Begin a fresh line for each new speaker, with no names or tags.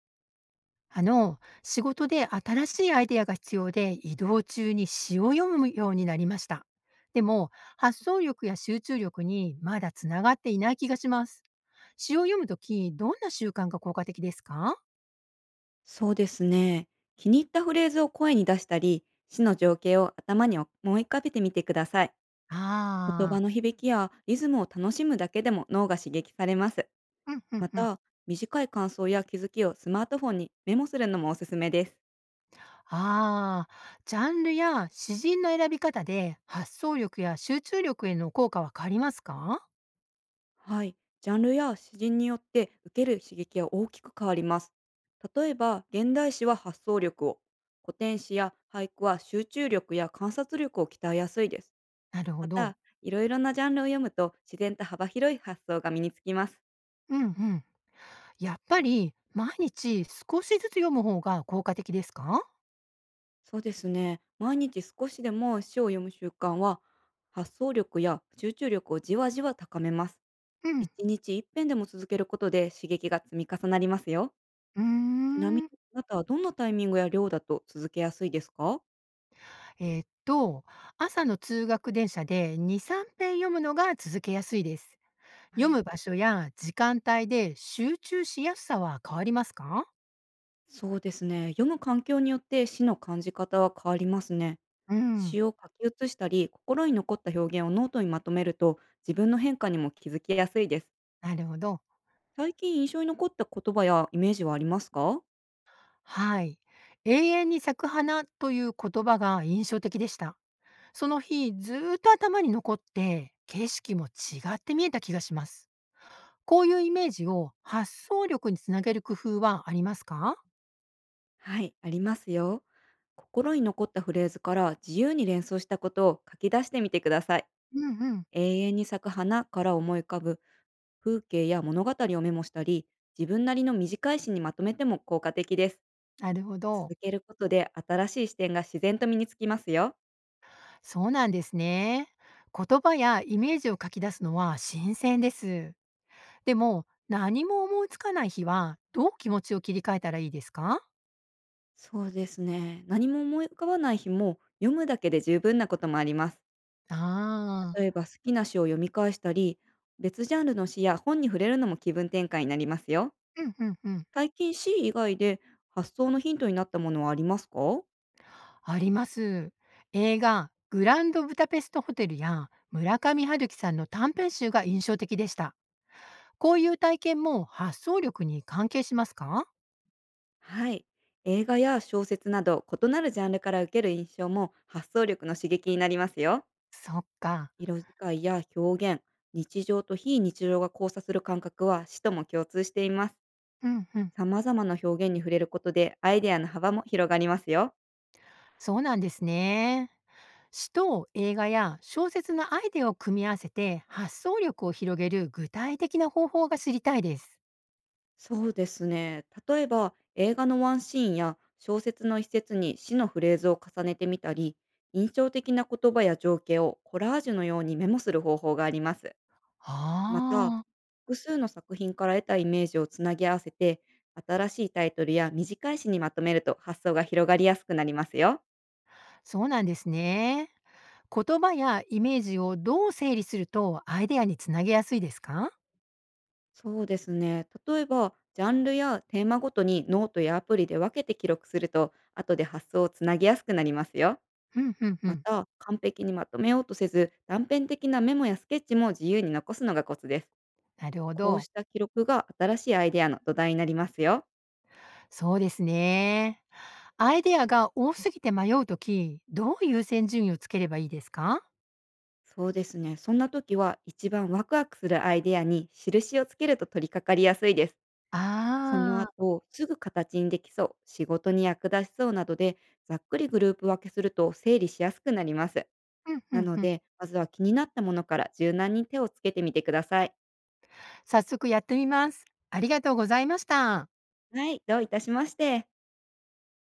仕事で新しいアイデアが必要で移動中に詩を読むようになりました。でも、発想力や集中力にまだつながっていない気がします。詩を読むとき、どんな習慣が効果的ですか？
そうですね。気に入ったフレーズを声に出したり、詩の情景を頭に思い浮かべてみてください。言葉
ああ
の響きやリズムを楽しむだけでも脳が刺激されます。
うんう
ま
んうん。
た、短い感想や気づきをスマートフォンにメモするのもおすすめです。
ああ、ジャンルや詩人の選び方で発想力や集中力への効果は変わりますか？
はい。ジャンルや詩人によって受ける刺激は大きく変わります。例えば、現代詩は発想力を、古典詩や俳句は集中力や観察力を鍛えやすいです。
なる
ま
ほど。
た、いろいろなジャンルを読むと自然と幅広い発想が身につきます。
うんうん。やっぱり、毎日少しずつ読む方が効果的ですか？
そうですね。毎日少しでも詩を読む習慣は、発想力や集中力をじわじわ高めます。
うん。
一日一遍でも続けることで刺激が積み重なりますよ。
うー
ちなみ
ん。
に、あなたはどんなタイミングや量だと続けやすいですか？
えーっと、朝の通学電車で2、3編読むのが続けやすいです。
は
読
い。
む場所や時間帯で集中しやすさは変わりますか？
そうですね。読む環境によって詩の感じ方は変わりますね。
うん。
詩を書き写したり、心に残った表現をノートにまとめると、自分の変化にも気づきやすいです。
なるほど。
最近印象に残った言葉やイメージはありますか？
はい。永遠に咲く花という言葉が印象的でした。その日、ずーっと頭に残って、景色も違って見えた気がします。こういうイメージを発想力につなげる工夫はありますか？
はい、ありますよ。心に残ったフレーズから自由に連想したことを書き出してみてください。
うんうん。
永遠に咲く花から思い浮かぶ風景や物語をメモしたり、自分なりの短い詩にまとめても効果的です。
なるほど。
続けることで新しい視点が自然と身につきますよ。
そうなんですね。言葉やイメージを書き出すのは新鮮です。でも、何も思いつかない日は、どう気持ちを切り替えたらいいですか？
そうですね。何も思い浮かばない日も読むだけで十分なこともあります。
あ
例え
あ
ば好きな詩を読み返したり、別ジャンルの詩や本に触れるのも気分転換になりますよ。
うんうんうん。
最近詩以外で発想のヒントになったものはありますか？
あります。映画、グランドブダペストホテルや村上春樹さんの短編集が印象的でした。こういう体験も発想力に関係しますか？
はい。映画や小説など異なるジャンルから受ける印象も発想力の刺激になりますよ。
そっか。
色使いや表現、日常と非日常が交差する感覚は詩とも共通しています。
うんうん。
様々な表現に触れることでアイデアの幅も広がりますよ。
そうなんですね。詩と映画や小説のアイデアを組み合わせて発想力を広げる具体的な方法が知りたいです。
そうですね。例えば映画のワンシーンや小説の一節に詩のフレーズを重ねてみたり、印象的な言葉や情景をコラージュのようにメモする方法があります。また、
ああ、
複数の作品から得たイメージをつなぎ合わせて、新しいタイトルや短い詩にまとめると発想が広がりやすくなりますよ。
そうなんですね。言葉やイメージをどう整理するとアイデアにつなげやすいですか？
そうですね。例えば、ジャンルやテーマごとにノートやアプリで分けて記録すると、後で発想をつなぎやすくなりますよ。
うん、うん、う
ま
ん。
た、完璧にまとめようとせず、断片的なメモやスケッチも自由に残すのがコツです。
なるほ
こう
ど。
した記録が新しいアイデアの土台になりますよ。
そうですね。アイデアが多すぎて迷うとき、どう優先順位をつければいいですか？
そうですね。そんな時は一番ワクワクするアイデアに印をつけると取り掛かりやすいです。その
ああ
後、すぐ形にできそう、仕事に役立ちそうなどで、ざっくりグループ分けすると整理しやすくなります。
う
な
ん、うん、
の
うん。
で、まずは気になったものから柔軟に手をつけてみてください。
早速やってみます。ありがとうございました。
はい、どういたしまして。